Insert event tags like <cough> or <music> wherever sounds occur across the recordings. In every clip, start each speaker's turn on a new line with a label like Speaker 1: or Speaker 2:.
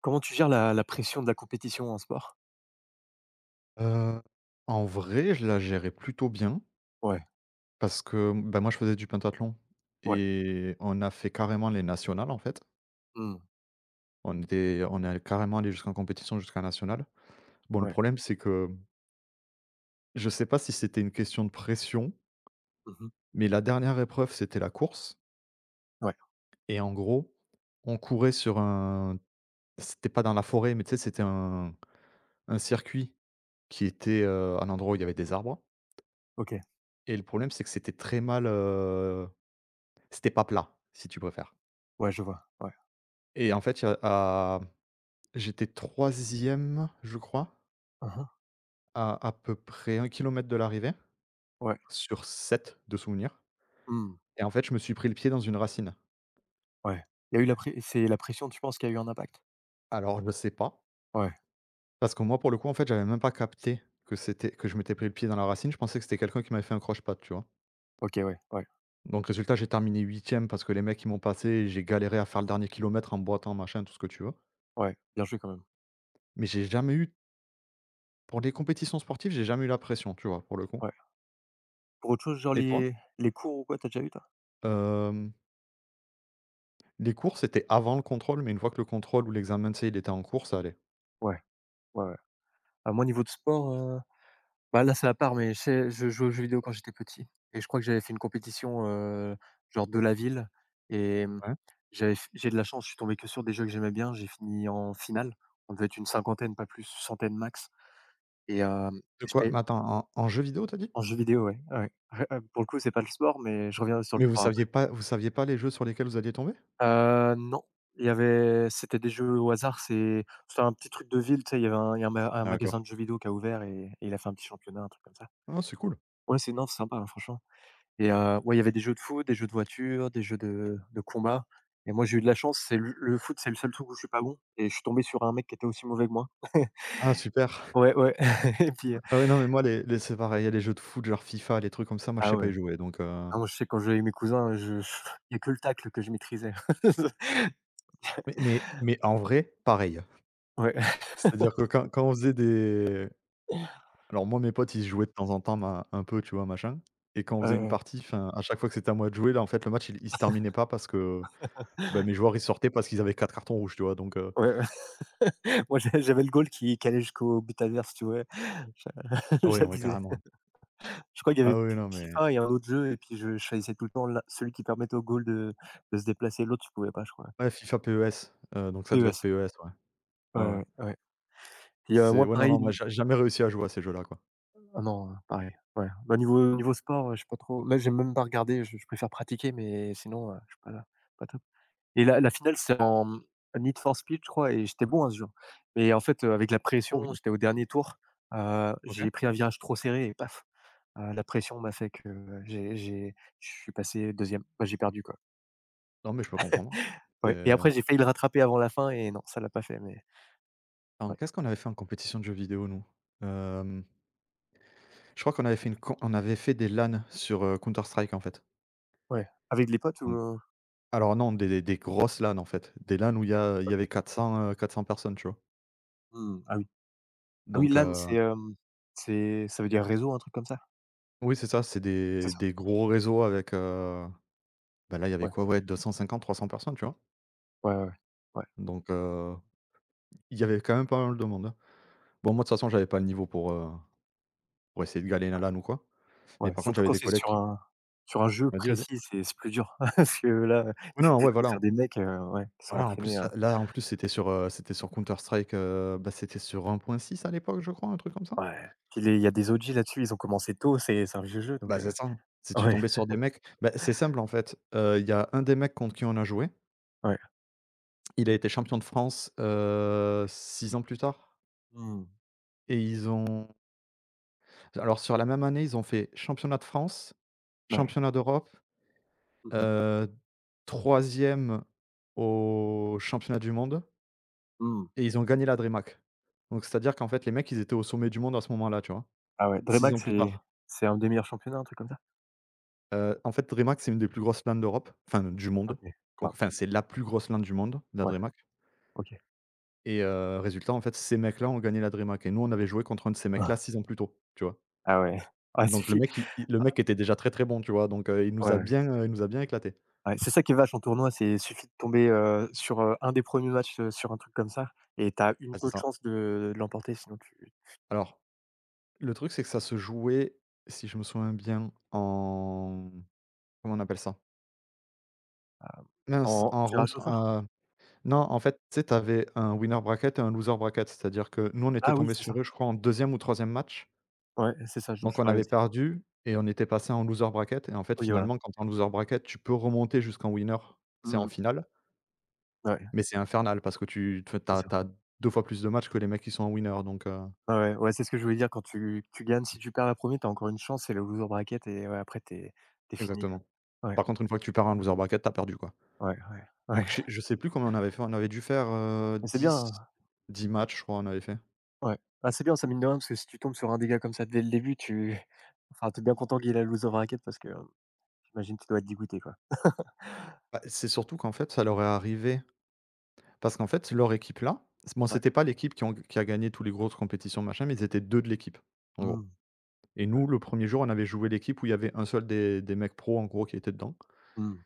Speaker 1: Comment tu gères la pression de la compétition en sport?
Speaker 2: Heu, en vrai, je la gérais plutôt bien
Speaker 1: Ouais,
Speaker 2: parce que, ben moi, je faisais du pentathlon
Speaker 1: ouais,
Speaker 2: et on a fait carrément les nationales, en fait.
Speaker 1: mmh,
Speaker 2: On est carrément allé jusqu'en compétition, jusqu'à national. Bon, le
Speaker 1: ouais,
Speaker 2: problème, c'est que je sais pas si c'était une question de pression,
Speaker 1: mmh,
Speaker 2: mais la dernière épreuve, c'était la course.
Speaker 1: ouais.
Speaker 2: Et en gros, on courait sur un, c'était pas dans la forêt, mais tu sais, c'était un circuit qui était, un endroit où il y avait des arbres.
Speaker 1: OK,
Speaker 2: Et le problème, c'est que c'était très mal, c'était pas plat, si tu préfères.
Speaker 1: ouais, je vois, ouais,
Speaker 2: Et en fait, il y a à j'étais troisième, je crois,
Speaker 1: hein, hein,
Speaker 2: à peu près 1 kilomètre de l'arrivée,
Speaker 1: ouais,
Speaker 2: sur 7 de souvenirs.
Speaker 1: mmh,
Speaker 2: Et en fait, je me suis pris le pied dans une racine.
Speaker 1: ouais. Il y a eu la pré c'est la pression, tu penses, qu'il y a eu un impact?
Speaker 2: Alors je ne sais pas,
Speaker 1: Ouais,
Speaker 2: parce que moi, pour le coup, en fait, j'avais même pas capté que c'était, que je m'étais pris le pied dans la racine. Je pensais que c'était quelqu'un qui m'avait fait un croche-patte, tu vois?
Speaker 1: OK, ouais, ouais,
Speaker 2: Donc résultat, j'ai terminé huitième parce que les mecs, ils m'ont passé et j'ai galéré à faire le dernier kilomètre en boitant, machin, tout ce que tu veux.
Speaker 1: ouais, bien joué quand même,
Speaker 2: Mais j'ai jamais eu, pour les compétitions sportives, j'ai jamais eu la pression, tu vois, pour le coup.
Speaker 1: ouais. Pour autre chose, genre
Speaker 2: Et toi?
Speaker 1: les cours ou quoi, t'as déjà eu toi?
Speaker 2: Hem Les cours, c'était avant le contrôle, mais une fois que le contrôle ou l'examen, tu sais, il était en cours, ça allait.
Speaker 1: Ouais, ouais, ouais. À moi, niveau de sport, bah, là, c'est à part, mais je jouais aux jeux vidéo quand j'étais petit et je crois que j'avais fait une compétition, genre de la ville et
Speaker 2: Ouais.
Speaker 1: j'ai de la chance, je suis tombé que sur des jeux que j'aimais bien, j'ai fini en finale. On devait être une cinquantaine, pas plus, centaine max et
Speaker 2: De quoi?
Speaker 1: j'étais
Speaker 2: Mais attends, en jeu vidéo, t'as dit?
Speaker 1: en jeu vidéo, ouais, ouais, ouais. Pour le coup, c'est pas le sport, mais je reviens sur le
Speaker 2: Mais vous
Speaker 1: sport après.
Speaker 2: saviez pas vous saviez pas les jeux sur lesquels vous alliez tomber?
Speaker 1: Non, il y avait c'était des jeux au hasard, c'était un petit truc de ville, tu sais, il y avait un il y a un ma un
Speaker 2: Ah, d'accord.
Speaker 1: magasin de jeux vidéo qui a ouvert et il a fait un petit championnat, un truc comme ça.
Speaker 2: Ah, c'est cool.
Speaker 1: Ouais, c'est non, c'est sympa, hein, franchement. Et ouais, il y avait des jeux de foot, des jeux de voiture, des jeux de combat et moi, j'ai eu de la chance, c'est le foot, c'est le seul truc où je suis pas bon et je suis tombé sur un mec qui était aussi mauvais que moi.
Speaker 2: Ah, super. <laughs>
Speaker 1: Ouais, ouais <laughs> et puis,
Speaker 2: Ah ouais, non, mais moi, les c'est pareil, les jeux de foot, genre FIFA, les trucs comme ça, moi je sais
Speaker 1: ah
Speaker 2: pas
Speaker 1: ouais,
Speaker 2: y jouer, donc
Speaker 1: ah moi, je sais quand je jouais avec mes cousins, il y a que le tacle que je maîtrisais. <laughs>
Speaker 2: mais en vrai, pareil.
Speaker 1: Ouais.
Speaker 2: <laughs> C'est-à-dire que quand quand, on faisait des, alors moi, mes potes, ils jouaient de temps en temps ma un peu, tu vois, machin, et quand on
Speaker 1: Ouais,
Speaker 2: faisait une
Speaker 1: ouais.
Speaker 2: partie, fin à chaque fois que c'était à moi de jouer, là, en fait, le match, il se terminait pas parce que bah, mes joueurs, ils sortaient parce qu'ils avaient 4 cartons rouges, tu vois? Donc
Speaker 1: Ouais. <laughs> Moi, j'avais le goal qui allait jusqu'au but adverse, tu vois? J'a <laughs>
Speaker 2: ah ouais, non, mais
Speaker 1: J'abusais.
Speaker 2: carrément.
Speaker 1: Je crois qu'il y
Speaker 2: Ah
Speaker 1: avait
Speaker 2: oui, non,
Speaker 1: Fi
Speaker 2: mais
Speaker 1: FIFA et un autre jeu et puis je choisissais tout le temps la celui qui permettait au goal de se déplacer, l'autre, tu pouvais pas, je crois.
Speaker 2: ouais, FIFA PES, donc ça devait être
Speaker 1: PES.
Speaker 2: PES, ouais.
Speaker 1: Ouais,
Speaker 2: Ouais, ouais.
Speaker 1: ouais, ouais. Puis,
Speaker 2: C'est,
Speaker 1: moi
Speaker 2: ouais, non,
Speaker 1: pareil
Speaker 2: non, moi,
Speaker 1: n
Speaker 2: j'ai jamais réussi à jouer à ces jeux-là, quoi.
Speaker 1: ah non, pareil, ouais. Bah, niveau sport, je suis pas trop là, j'aime même pas regarder, je préfère pratiquer, mais sinon, je suis pas là- pas top. Et la finale, c'est en, Need for Speed, je crois, et j'étais bon à ce jeu. Mais en fait, avec la
Speaker 2: Oh
Speaker 1: pression,
Speaker 2: oui,
Speaker 1: j'étais au dernier tour,
Speaker 2: OK.
Speaker 1: j'ai pris un virage trop serré et paf, la pression m'a fait que, j'ai je suis passé deuxième. Bah, j'ai perdu, quoi.
Speaker 2: Non, mais je peux comprendre.
Speaker 1: Ouais, et
Speaker 2: C'est
Speaker 1: après j'ai failli le rattraper avant la fin et non, ça l'a pas fait, mais
Speaker 2: en
Speaker 1: ouais.
Speaker 2: Qu'est-ce qu'on avait fait en compétition de jeux vidéo, nous? Hem, je crois qu'on avait fait une com on avait fait des LAN sur, Counter Strike, en fait.
Speaker 1: Ouais. Avec les potes ou?
Speaker 2: Donc, alors, non, des grosses LAN, en fait. Des LAN où il y
Speaker 1: OK.
Speaker 2: avait 400 , cents personnes, tu vois?
Speaker 1: Mmh. Ah oui. Ah oui,
Speaker 2: Donc
Speaker 1: LAN, c'est, hem, c'est ça veut dire réseau, un truc comme ça?
Speaker 2: oui, c'est ça, c'est
Speaker 1: C'est
Speaker 2: des
Speaker 1: ça?
Speaker 2: des gros réseaux avec. Bah, là, il y avait
Speaker 1: Ouais,
Speaker 2: quoi? Ouais, 253, 300 personnes, tu vois?
Speaker 1: ouais, ouais, ouais. Ouais.
Speaker 2: Donc, il y avait quand même pas mal de monde, hein. Bon, moi, de toute
Speaker 1: Mmh.
Speaker 2: façon, j'avais pas le niveau pour essayer de galer la LAN ou quoi. Mais
Speaker 1: Ouais,
Speaker 2: par contre,
Speaker 1: surtout
Speaker 2: j'avais
Speaker 1: quand
Speaker 2: des
Speaker 1: c'est
Speaker 2: collègues qui...
Speaker 1: sur un jeu
Speaker 2: Vas-y, vas-y.
Speaker 1: précis, c'est plus dur. <laughs> Parce que là,
Speaker 2: Ouais,
Speaker 1: tu
Speaker 2: non,
Speaker 1: tu
Speaker 2: ouais,
Speaker 1: tombes
Speaker 2: voilà,
Speaker 1: sur
Speaker 2: en
Speaker 1: des mecs, ouais, qui sont
Speaker 2: voilà, en
Speaker 1: entraînés
Speaker 2: plus,
Speaker 1: à
Speaker 2: là, en plus, c'était sur, c'était sur Counter Strike, bah, c'était sur 1.6 à l'époque, je crois, un truc comme ça?
Speaker 1: ouais. Puis les il y a des OG là-dessus, ils ont commencé tôt, c'est un vieux jeu donc
Speaker 2: Bah, c'est ça. Si
Speaker 1: <laughs>
Speaker 2: tu
Speaker 1: ouais,
Speaker 2: tombais sur des mecs, bah, c'est simple, en fait, il y a un des mecs contre qui on a joué,
Speaker 1: ouais.
Speaker 2: il a été champion de France, 6 ans plus tard.
Speaker 1: Mmh.
Speaker 2: Et ils ont alors, sur la même année, ils ont fait championnat de France,
Speaker 1: Ouais.
Speaker 2: championnat d'Europe,
Speaker 1: Mmh mh.
Speaker 2: heu, 3 au championnat du monde,
Speaker 1: Mmh.
Speaker 2: et ils ont gagné la DreamHack. Donc c'est-à-dire qu'en fait, les mecs, ils étaient au sommet du monde à ce moment-là, tu vois?
Speaker 1: Ah ouais,
Speaker 2: 6
Speaker 1: DreamHack,
Speaker 2: ans plus
Speaker 1: c'est
Speaker 2: tard.
Speaker 1: c'est un des meilleurs championnats, un truc comme ça?
Speaker 2: En fait, DreamHack, c'est une des plus grosses LAN d'Europe, enfin du monde.
Speaker 1: OK.
Speaker 2: Con
Speaker 1: Waouh!
Speaker 2: Enfin, c'est la plus grosse LAN du monde, la
Speaker 1: Ouais,
Speaker 2: DreamHack.
Speaker 1: OK.
Speaker 2: Et résultat, en fait, ces mecs-là ont gagné la DreamHack et nous, on avait joué contre un de ces mecs-là 6
Speaker 1: <laughs>
Speaker 2: ans plus tôt, tu vois?
Speaker 1: Ah ouais. Ah, il
Speaker 2: Donc le
Speaker 1: suffit
Speaker 2: mec, il le mec était déjà très, très bon, tu vois? Donc, il nous a
Speaker 1: ouais.
Speaker 2: bien, il nous a bien éclaté.
Speaker 1: Ouais, c'est ça qui est vache en tournoi, c'est suffit de tomber, sur, un des premiers matchs, sur un truc comme ça et t'as
Speaker 2: Ah,
Speaker 1: une
Speaker 2: c'est
Speaker 1: peu de
Speaker 2: ça.
Speaker 1: chance de l'emporter, sinon tu,
Speaker 2: Alors, le truc, c'est que ça se jouait, si je me souviens bien, en comment on appelle ça?
Speaker 1: hem,
Speaker 2: Mince,
Speaker 1: en
Speaker 2: en round
Speaker 1: tirage au sort?
Speaker 2: heu, non, en fait, tu sais, t'avais un winner bracket et un loser bracket. C'est-à-dire que nous, on était
Speaker 1: Ah oui,
Speaker 2: tombés
Speaker 1: c'est
Speaker 2: sur
Speaker 1: ça.
Speaker 2: eux, je crois, en deuxième ou troisième match.
Speaker 1: Ouais, c'est ça dont
Speaker 2: Donc,
Speaker 1: je
Speaker 2: on
Speaker 1: parlais
Speaker 2: avait
Speaker 1: aussi.
Speaker 2: perdu et on était passé en loser bracket. Et en fait,
Speaker 1: Oui, voilà.
Speaker 2: finalement, quand tu en loser bracket, tu peux remonter jusqu'en winner, c'est
Speaker 1: Mmh
Speaker 2: en
Speaker 1: mh.
Speaker 2: finale,
Speaker 1: Ouais,
Speaker 2: mais c'est infernal parce que tu
Speaker 1: c'est ça.
Speaker 2: as 2 fois plus de matchs que les mecs qui sont en winner, donc
Speaker 1: Ouais, ouais, ouais, c'est ce que je voulais dire quand tu gagnes, si tu perds la 1, t'as encore une chance, c'est le loser bracket et ouais, après t'es fini, quoi.
Speaker 2: exactement.
Speaker 1: Ouais,
Speaker 2: Par contre, une fois que tu perds en loser bracket, t'as perdu, quoi.
Speaker 1: ouais, ouais, ouais.
Speaker 2: Donc je sais
Speaker 1: <laughs>
Speaker 2: je sais plus combien on avait fait, on avait dû faire,
Speaker 1: Mais c'est bien,
Speaker 2: dix
Speaker 1: hein.
Speaker 2: 10 matchs, je crois, on avait fait.
Speaker 1: Ouais. Ah c'est bien ça mine de rien, parce que si tu tombes sur un dégât comme ça dès le début, tu enfin, t'es bien content qu'il y ait la loser bracket parce que, j'imagine que tu dois être dégoûté, quoi.
Speaker 2: Bah, c'est surtout qu'en fait, ça leur est arrivé parce qu'en fait, leur équipe là, c bon,
Speaker 1: Ouais.
Speaker 2: c'était pas l'équipe qui a gagné tous les grosses compétitions, machin, mais ils étaient 2 de l'équipe, en gros.
Speaker 1: Mmh.
Speaker 2: Et nous, le premier jour, on avait joué l'équipe où il y avait un seul des mecs pros, en gros, qui était dedans.
Speaker 1: Mmh.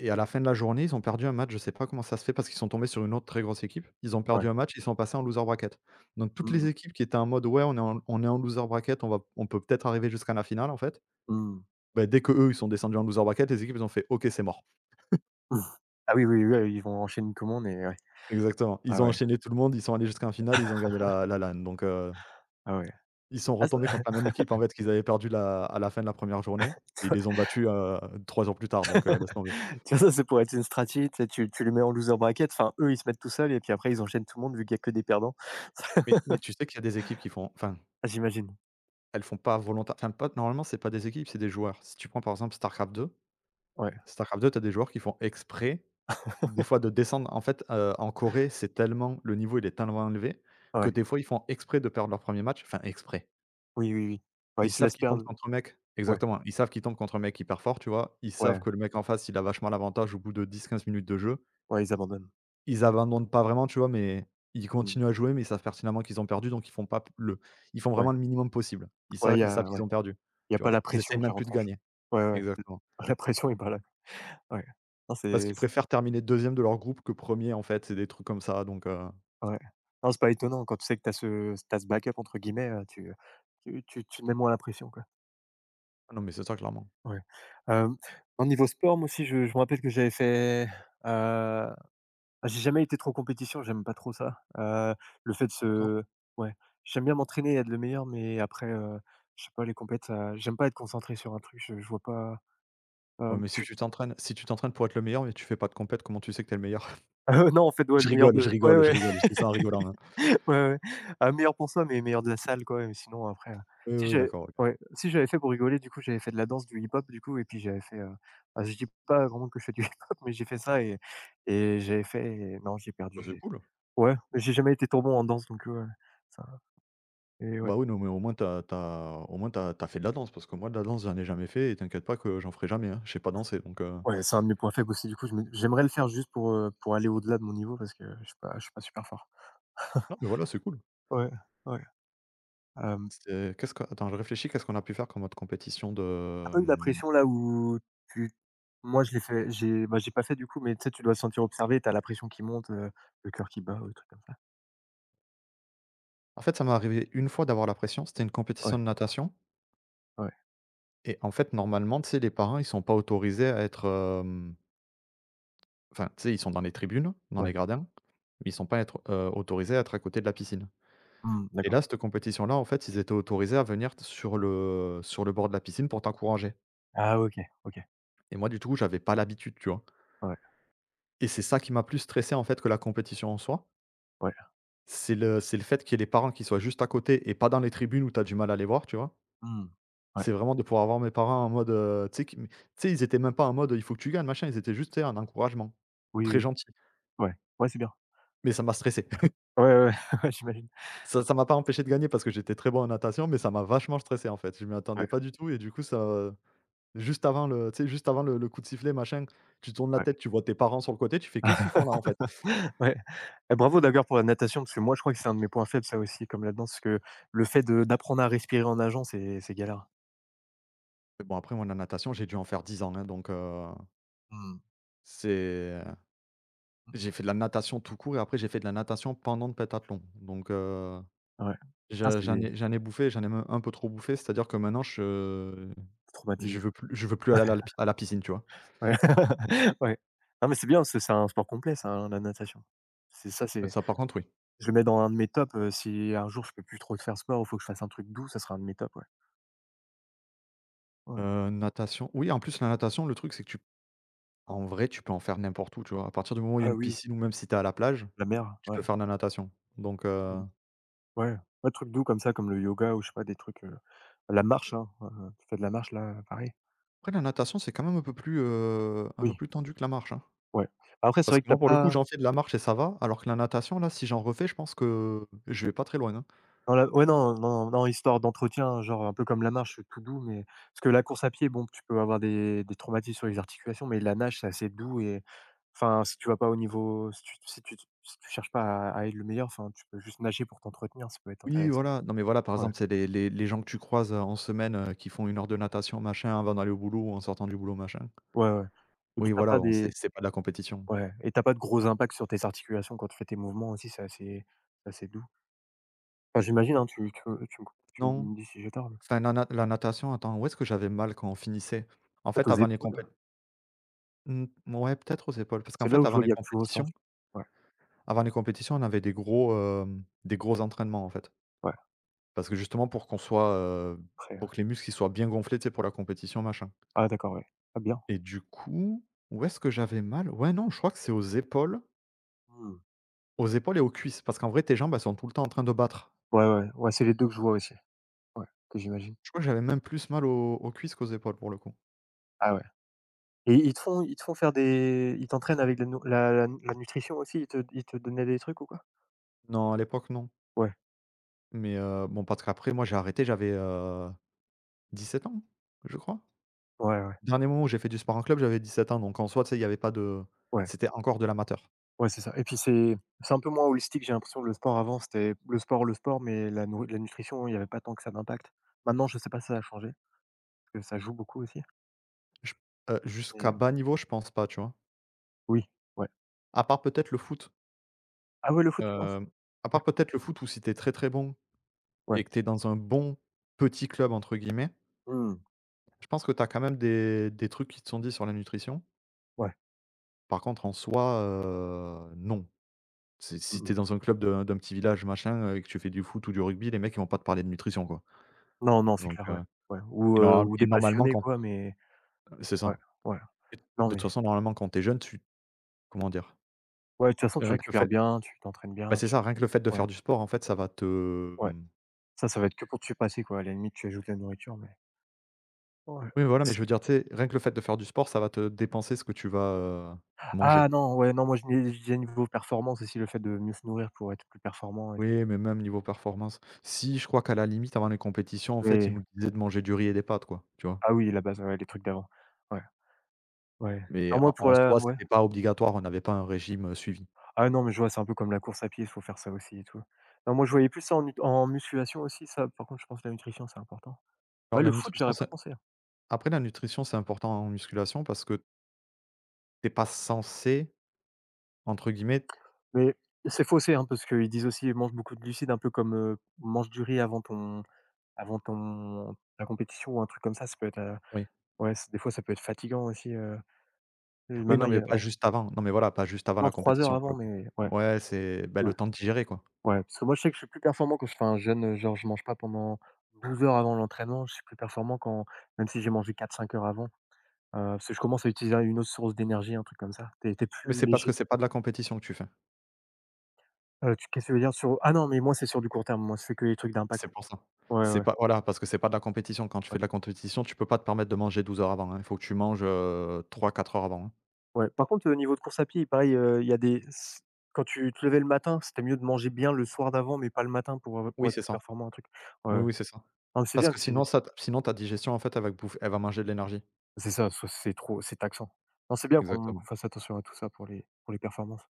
Speaker 2: Et à la fin de la journée, ils ont perdu un match, je sais pas comment ça se fait parce qu'ils sont tombés sur une autre très grosse équipe. Ils ont perdu
Speaker 1: Ouais.
Speaker 2: un match, ils sont passés en loser bracket. Donc toutes
Speaker 1: Mmh
Speaker 2: les
Speaker 1: mh.
Speaker 2: équipes qui étaient en mode: «Ouais, on est en loser bracket, on peut peut-être arriver jusqu'à la finale», en fait,
Speaker 1: Mmh.
Speaker 2: bah, dès que eux ils sont descendus en loser bracket, les équipes, ils ont fait: «OK, c'est mort».
Speaker 1: Ah oui, oui, oui, ils vont enchaîner une commande et ouais.
Speaker 2: Exactement. Ils
Speaker 1: Ah
Speaker 2: ont
Speaker 1: ouais,
Speaker 2: enchaîné tout le monde, ils sont allés jusqu'en finale, ils ont gagné la LAN. Donc,
Speaker 1: ah ouais.
Speaker 2: ils sont
Speaker 1: Ah ça
Speaker 2: retombés contre la même équipe, en fait, qu'ils avaient perdu la à la fin de la première re journée. Et ils les
Speaker 1: <laughs>
Speaker 2: ont battus, 3 jours plus tard, donc, laisse tomber.
Speaker 1: tu vois, ça pourrait être une stratégie, tu sais, tu les mets en loser bracket, enfin, eux, ils se mettent tout seuls et puis après ils enchaînent tout le monde vu qu'il y a que des perdants.
Speaker 2: Mais tu sais qu'il y a des équipes qui font, enfin,
Speaker 1: Ah j'imagine.
Speaker 2: elles font pas volontaire. Enfin, pas normalement, c'est pas des équipes, c'est des joueurs. Si tu prends, par exemple, Starcraft 2,
Speaker 1: Ouais,
Speaker 2: Tu as des joueurs qui font exprès, des fois, de descendre. En fait, en Corée, c'est tellement le niveau, il est tellement élevé que,
Speaker 1: ouais.
Speaker 2: des fois, ils font exprès de perdre leur premier match. Enfin, exprès.
Speaker 1: Oui, oui, oui. Ouais,
Speaker 2: Ils
Speaker 1: ils se
Speaker 2: savent
Speaker 1: laissent
Speaker 2: qu'ils tombent
Speaker 1: perdre.
Speaker 2: contre un mec,
Speaker 1: Ouais,
Speaker 2: exactement, ils savent qu'ils tombent contre un mec hyper fort, tu vois? Ils savent
Speaker 1: ouais,
Speaker 2: que le mec en face, il a vachement l'avantage au bout de 10, 15 minutes de jeu.
Speaker 1: ouais, ils abandonnent.
Speaker 2: Ils abandonnent pas vraiment, tu vois? Mais ils
Speaker 1: Mmh.
Speaker 2: continuent à jouer, mais ils savent pertinemment qu'ils ont perdu, donc ils font pas p le ils font
Speaker 1: Ouais.
Speaker 2: vraiment le minimum possible. Ils
Speaker 1: Ouais,
Speaker 2: savent
Speaker 1: il y
Speaker 2: ils savent
Speaker 1: a
Speaker 2: qu'ils
Speaker 1: ouais,
Speaker 2: ont perdu,
Speaker 1: y a
Speaker 2: tu
Speaker 1: pas
Speaker 2: vois?
Speaker 1: la
Speaker 2: Ils essaient
Speaker 1: pression qui
Speaker 2: même plus de
Speaker 1: rentre en jeu.
Speaker 2: gagner.
Speaker 1: Ouais, ouais.
Speaker 2: Exactement.
Speaker 1: <laughs> La pression est pas là. Ouais. Non,
Speaker 2: Parce
Speaker 1: c'est
Speaker 2: qu'ils préfèrent terminer deuxième de leur groupe que premier, en fait, c'est des trucs comme ça, donc,
Speaker 1: ouais. Non, c'est pas étonnant quand tu sais que tu as ce t'as ce «backup» entre guillemets, tu te mets moins la pression, quoi.
Speaker 2: ah non, mais c'est ça clairement.
Speaker 1: Ouais. Hem, Au niveau sport, moi aussi, je me rappelle que j'avais fait, heu, j'ai jamais été trop en compétition, j'aime pas trop ça. Le fait de
Speaker 2: D'accord.
Speaker 1: se ouais, j'aime bien m'entraîner et être le meilleur, mais après, je sais pas, les compètes, ça j'aime pas être concentré sur un truc, je vois pas,
Speaker 2: Ouais,
Speaker 1: hem,
Speaker 2: mais si tu t'entraînes, pour être le meilleur, mais tu fais pas de compète, comment tu sais que t'es le meilleur? <laughs>
Speaker 1: <laughs> non, en fait, ouais,
Speaker 2: Je
Speaker 1: le meilleur
Speaker 2: rigole, je
Speaker 1: de ouais,
Speaker 2: rigole, je
Speaker 1: ouais.
Speaker 2: rigole, je dis ça en rigolant, hein.
Speaker 1: <laughs> Ouais, ouais. Ah, meilleur pour soi, mais meilleur de la salle quoi, sinon après,
Speaker 2: Oui, oui, oui, d'accord, oui.
Speaker 1: si j'avais fait pour rigoler du coup, j'avais fait de la danse, du hip-hop du coup et puis j'avais fait, bah, je dis pas vraiment que je fais du <laughs> hip-hop, mais j'ai fait ça et j'avais fait non, j'ai
Speaker 2: Bah,
Speaker 1: perdu,
Speaker 2: c'est
Speaker 1: j'ai
Speaker 2: cool.
Speaker 1: ouais, mais j'ai jamais été trop bon en danse donc ouais, ça et ouais.
Speaker 2: Bah, oui, non, mais au moins t'as fait de la danse parce que moi de la danse, j'en ai jamais fait, et t'inquiète pas que j'en ferai jamais, hein. Je sais pas danser, donc,
Speaker 1: Ouais, c'est un de mes points faibles aussi du coup, je me j'aimerais le faire juste pour aller au-delà de mon niveau parce que je suis pas super fort.
Speaker 2: non, mais voilà, c'est cool.
Speaker 1: Ouais, ouais, hem
Speaker 2: C'est Qu'est-ce que, attends, je réfléchis, qu'est-ce qu'on a pu faire comme autre compétition de,
Speaker 1: tu pas eu la
Speaker 2: hem
Speaker 1: pression là où tu moi je l'ai fait, j'ai bah, j'ai pas fait du coup, mais tu sais, tu dois te sentir observé, t'as la pression qui monte, le cœur qui bat ou des trucs comme ça?
Speaker 2: En fait, ça m'est arrivé une fois d'avoir la pression, c'était une compétition
Speaker 1: Ouais,
Speaker 2: de natation.
Speaker 1: ouais,
Speaker 2: Et en fait, normalement, tu sais, les parents, ils sont pas autorisés à être, hem enfin, tu sais, ils sont dans les tribunes, dans les
Speaker 1: ouais.
Speaker 2: gradins, mais ils sont pas être, autorisés à être à côté de la piscine.
Speaker 1: Mmh,
Speaker 2: Et
Speaker 1: d'accord.
Speaker 2: là, cette compétition-là, en fait, ils étaient autorisés à venir sur le bord de la piscine pour t'encourager.
Speaker 1: Ah OK, OK.
Speaker 2: Et moi, du tout, j'avais pas l'habitude, tu vois?
Speaker 1: Ouais,
Speaker 2: Et c'est ça qui m'a plus stressé, en fait, que la compétition en soi.
Speaker 1: ouais.
Speaker 2: C'est le fait qu'il y ait les parents qui soient juste à côté et pas dans les tribunes où tu as du mal à les voir, tu vois?
Speaker 1: Mmh. Ouais.
Speaker 2: C'est vraiment de pouvoir avoir mes parents en mode, tu sais, ils étaient même pas en mode, «Il faut que tu gagnes, machin», ils étaient juste, tu sais, un encouragement.
Speaker 1: Oui,
Speaker 2: Très
Speaker 1: oui.
Speaker 2: gentil,
Speaker 1: Ouais. Ouais, c'est bien.
Speaker 2: mais ça m'a stressé. <laughs>
Speaker 1: Ouais, ouais, <laughs> ouais. Ouais, j'imagine.
Speaker 2: Ça m'a pas empêché de gagner parce que j'étais très bon en natation, mais ça m'a vachement stressé, en fait. Je m'y attendais
Speaker 1: Ouais,
Speaker 2: pas du tout et du coup, ça, juste avant le tu sais, juste avant le coup de sifflet, machin, tu tournes la
Speaker 1: ouais.
Speaker 2: tête, tu vois tes parents sur le côté, tu fais: «Qu'est-ce qu'ils font là, en fait?»
Speaker 1: Ouais. Et bravo d'ailleurs pour la natation, parce que moi je crois que c'est un de mes points faibles ça aussi, comme la danse, parce que le fait de d'apprendre à respirer en nageant, c'est galère.
Speaker 2: Mais bon, après, moi, la natation, j'ai dû en faire 10 ans, hein, donc
Speaker 1: Mmh.
Speaker 2: c'est
Speaker 1: Mmh mh.
Speaker 2: j'ai fait de la natation tout court et après, j'ai fait de la natation pendant le pentathlon, donc
Speaker 1: Ouais. Ah
Speaker 2: je
Speaker 1: c'est c'est
Speaker 2: j'en ai bouffé, j'en ai même un peu trop bouffé. C'est-à-dire que maintenant, je je
Speaker 1: traumatisé.
Speaker 2: veux plus je veux plus aller à la piscine, tu vois?
Speaker 1: Ouais. <laughs> Ouais. Non mais c'est bien, c'est un sport complet ça, hein, la natation. C'est ça, c'est
Speaker 2: Ça, par contre, oui.
Speaker 1: je le mets dans un de mes tops, si un jour je peux plus trop faire sport, il faut que je fasse un truc doux, ça sera un de mes tops, ouais. Ouais.
Speaker 2: Natation oui, en plus, la natation, le truc, c'est que tu en vrai, tu peux en faire n'importe où, tu vois? À partir du moment où il y a
Speaker 1: Ah
Speaker 2: une
Speaker 1: oui,
Speaker 2: piscine ou même si tu es à la plage,
Speaker 1: la mer,
Speaker 2: tu peux
Speaker 1: ouais.
Speaker 2: faire de la natation, donc
Speaker 1: Mmh. Ouais, un truc doux comme ça, comme le yoga ou je sais pas des trucs, la marche, hein, tu fais de la marche là, pareil?
Speaker 2: après, la natation, c'est quand même un peu
Speaker 1: Oui,
Speaker 2: plus tendu que la marche, hein.
Speaker 1: ouais. Après c'est
Speaker 2: Parce
Speaker 1: vrai que
Speaker 2: que
Speaker 1: t'as
Speaker 2: moi, pour le coup,
Speaker 1: pas.
Speaker 2: j'en fais de la marche et ça va, alors que la natation, là, si j'en refais, je pense que je vais pas très loin, hein.
Speaker 1: Dans la Ouais, non, non, non, histoire d'entretien, genre, un peu comme la marche, tout doux, mais parce que la course à pied, bon, tu peux avoir des traumatismes sur les articulations, mais la nage, c'est assez doux et enfin, si tu vas pas au niveau si tu cherches pas à être le meilleur, enfin, tu peux juste nager pour t'entretenir, ça peut être
Speaker 2: Oui,
Speaker 1: intéressant.
Speaker 2: voilà, non, mais voilà, par
Speaker 1: Ouais,
Speaker 2: exemple, c'est les gens que tu croises, en semaine, qui font une heure de natation, machin, avant d'aller au boulot ou en sortant du boulot, machin.
Speaker 1: ouais, ouais, et puis
Speaker 2: Oui,
Speaker 1: t'as
Speaker 2: voilà,
Speaker 1: pas
Speaker 2: bon, c'est
Speaker 1: des
Speaker 2: c'est pas de la compétition.
Speaker 1: ouais et t'as pas de gros impacts sur tes articulations quand tu fais tes mouvements aussi, c'est assez doux. Enfin, j'imagine, hein, tu
Speaker 2: Non,
Speaker 1: me dis si j'ai tort, mais
Speaker 2: enfin, la natation, attends, où est-ce que j'avais mal quand on finissait? En
Speaker 1: peut-être
Speaker 2: fait,
Speaker 1: aux
Speaker 2: avant les
Speaker 1: épaules,
Speaker 2: compét mmh, ouais, peut-être aux épaules, parce qu'en
Speaker 1: c'est là
Speaker 2: fait,
Speaker 1: où je
Speaker 2: avant
Speaker 1: vois il
Speaker 2: les
Speaker 1: y a plus gros temps.
Speaker 2: compétitions
Speaker 1: Ouais,
Speaker 2: avant les compétitions, on avait des gros entraînements, en fait.
Speaker 1: ouais,
Speaker 2: Parce que justement, pour
Speaker 1: après,
Speaker 2: que les muscles, ils soient bien gonflés, tu sais, pour la compétition, machin.
Speaker 1: ah d'accord, ouais. Ah bien.
Speaker 2: Et du coup, où est-ce que j'avais mal? Ouais, non, je crois que c'est aux épaules,
Speaker 1: Mmh.
Speaker 2: et aux cuisses, parce qu'en vrai, tes jambes, elles sont tout le temps en train de battre.
Speaker 1: Ouais, ouais, ouais, c'est les 2 que je vois aussi. Ouais, que j'imagine.
Speaker 2: Je crois que j'avais même plus mal aux cuisses qu'aux épaules pour le coup.
Speaker 1: Ah ouais, et ils te font faire des ils t'entraînent avec la nou la la la nutrition aussi? Ils te donnaient des trucs ou quoi?
Speaker 2: Non, à l'époque, non.
Speaker 1: Ouais,
Speaker 2: Mais bon, parce qu'après, moi, j'ai arrêté, j'avais 17 ans, je crois.
Speaker 1: ouais, ouais,
Speaker 2: Dernier moment où j'ai fait du sport en club, j'avais 17 ans. Donc en soi, tu sais, il n'y avait pas de.
Speaker 1: ouais,
Speaker 2: C'était encore de l'amateur.
Speaker 1: ouais, c'est ça et puis c'est un peu moins holistique, j'ai l'impression que le sport avant, c'était le sport, mais la nutrition, il y avait pas tant que ça d'impact. Maintenant, je sais pas si ça a changé, parce que ça joue beaucoup aussi,
Speaker 2: Je-
Speaker 1: mais
Speaker 2: Jusqu'à bas niveau, je pense pas, tu vois.
Speaker 1: oui, ouais.
Speaker 2: À part peut-être le foot.
Speaker 1: Ah ouais, le foot, tu penses?
Speaker 2: Euh, à
Speaker 1: Ouais,
Speaker 2: part peut-être le foot où si t'es très très bon et
Speaker 1: ouais.
Speaker 2: que t'es dans un bon petit club, entre guillemets.
Speaker 1: Mmh.
Speaker 2: Je pense que tu as quand même des trucs qui te sont dits sur la nutrition.
Speaker 1: Ouais.
Speaker 2: Par contre, en soi, non. Si
Speaker 1: Mmh
Speaker 2: tu
Speaker 1: mh.
Speaker 2: dans un club d'un petit village machin, et que tu fais du foot ou du rugby, les mecs ils vont pas te parler de nutrition, quoi.
Speaker 1: Non, non, c'est
Speaker 2: Donc,
Speaker 1: clair, ouais, ouais
Speaker 2: et normal
Speaker 1: ou
Speaker 2: et
Speaker 1: des
Speaker 2: normalement
Speaker 1: passionnés
Speaker 2: quand
Speaker 1: quoi,
Speaker 2: c'est
Speaker 1: ouais,
Speaker 2: ça.
Speaker 1: ouais.
Speaker 2: Et de
Speaker 1: Non,
Speaker 2: toute
Speaker 1: mais
Speaker 2: façon, normalement, quand t'es jeune, tu comment dire?
Speaker 1: ouais, de toute façon, tu
Speaker 2: Rien que le
Speaker 1: récupères
Speaker 2: fait
Speaker 1: bien, tu t'entraînes
Speaker 2: Bah,
Speaker 1: bien,
Speaker 2: c'est
Speaker 1: tu
Speaker 2: ça, rien que le fait de
Speaker 1: ouais,
Speaker 2: faire du sport, en fait, ça va te.
Speaker 1: ouais.
Speaker 2: Mmh.
Speaker 1: Ça va être que pour te surpasser, quoi. À la limite, tu ajoutes la nourriture, mais ouais.
Speaker 2: Oui, voilà, mais je veux dire, tu sais, rien que le fait de faire du sport, ça va te dépenser ce que tu vas,
Speaker 1: Ah
Speaker 2: manger.
Speaker 1: non, ouais, non, moi, je disais niveau performance aussi, le fait de mieux se nourrir pour être plus performant et tout.
Speaker 2: Oui, mais même niveau performance. Si, je crois qu'à la limite, avant les compétitions, en fait, ils
Speaker 1: Mais
Speaker 2: nous disaient de manger du riz et des pâtes, quoi, tu vois?
Speaker 1: ah oui, la base, ouais, les trucs d'avant. Ouais, ouais.
Speaker 2: Mais
Speaker 1: Non, moi, pour
Speaker 2: en
Speaker 1: la
Speaker 2: soi,
Speaker 1: ouais.
Speaker 2: c'était pas obligatoire, on n'avait pas un régime, suivi.
Speaker 1: Ah non, mais je vois, c'est un peu comme la course à pied, il faut faire ça aussi et tout. Non, moi, je voyais plus ça en musculation aussi, ça, par contre, je pense que la nutrition, c'est important.
Speaker 2: Alors
Speaker 1: Ouais,
Speaker 2: la
Speaker 1: le foot,
Speaker 2: nutrition,
Speaker 1: j'aurais pas
Speaker 2: c'est
Speaker 1: pensé.
Speaker 2: après la nutrition, c'est important en musculation parce que t'es pas censé, entre guillemets,
Speaker 1: Mais c'est faussé, hein, parce qu'ils disent aussi: «Mange beaucoup de glucides», un peu comme, mange du riz avant ton ta compétition ou un truc comme ça peut être,
Speaker 2: oui.
Speaker 1: ouais, c des fois, ça peut être fatigant aussi, et
Speaker 2: Oui,
Speaker 1: maintenant
Speaker 2: non,
Speaker 1: il y
Speaker 2: mais
Speaker 1: a
Speaker 2: pas
Speaker 1: ouais.
Speaker 2: juste avant. Non, mais voilà, pas juste avant
Speaker 1: Non,
Speaker 2: la
Speaker 1: 3 heures
Speaker 2: compétition, pour
Speaker 1: avant,
Speaker 2: le coup.
Speaker 1: mais ouais,
Speaker 2: Ouais, c'est, bah,
Speaker 1: ouais,
Speaker 2: le temps de digérer, quoi.
Speaker 1: ouais, parce que moi, je sais que je suis plus performant quand je fais un jeûne, genre, je mange pas pendant 12 heures avant l'entraînement. Je suis plus performant quand même si j'ai mangé 4 5 heures avant, parce que je commence à utiliser une autre source d'énergie, un truc comme ça. Tu es
Speaker 2: Mais
Speaker 1: plus
Speaker 2: c'est parce que
Speaker 1: léger.
Speaker 2: c'est pas de la compétition que tu fais.
Speaker 1: Tu Qu'est-ce que tu veux dire sur ah non, mais moi, c'est sur du court terme, moi, je fais que les trucs d'impact.
Speaker 2: C'est pour ça.
Speaker 1: Ouais, ouais,
Speaker 2: C'est
Speaker 1: ouais.
Speaker 2: pas, voilà, parce que c'est pas de la compétition. Quand tu fais de la compétition, tu peux pas te permettre de manger 12 heures avant, hein. Il faut que tu manges, 3-4 heures avant, hein.
Speaker 1: Ouais, par contre, au niveau de course à pied, pareil, il y a des s quand tu te levais le matin, c'était mieux de manger bien le soir d'avant, mais pas le matin pour
Speaker 2: Oui,
Speaker 1: être
Speaker 2: c'est
Speaker 1: plus
Speaker 2: ça.
Speaker 1: performant, un truc. Ouais,
Speaker 2: Oui,
Speaker 1: ouais.
Speaker 2: oui, c'est ça.
Speaker 1: Non, mais c'est
Speaker 2: Parce
Speaker 1: bien
Speaker 2: que
Speaker 1: que
Speaker 2: sinon
Speaker 1: c'est
Speaker 2: ça t sinon ta digestion en fait elle va bouffer elle va manger de l'énergie.
Speaker 1: c'est ça, ça c'est taxant. Non, c'est bien qu'on
Speaker 2: Exactement.
Speaker 1: fasse attention à tout ça pour les performances.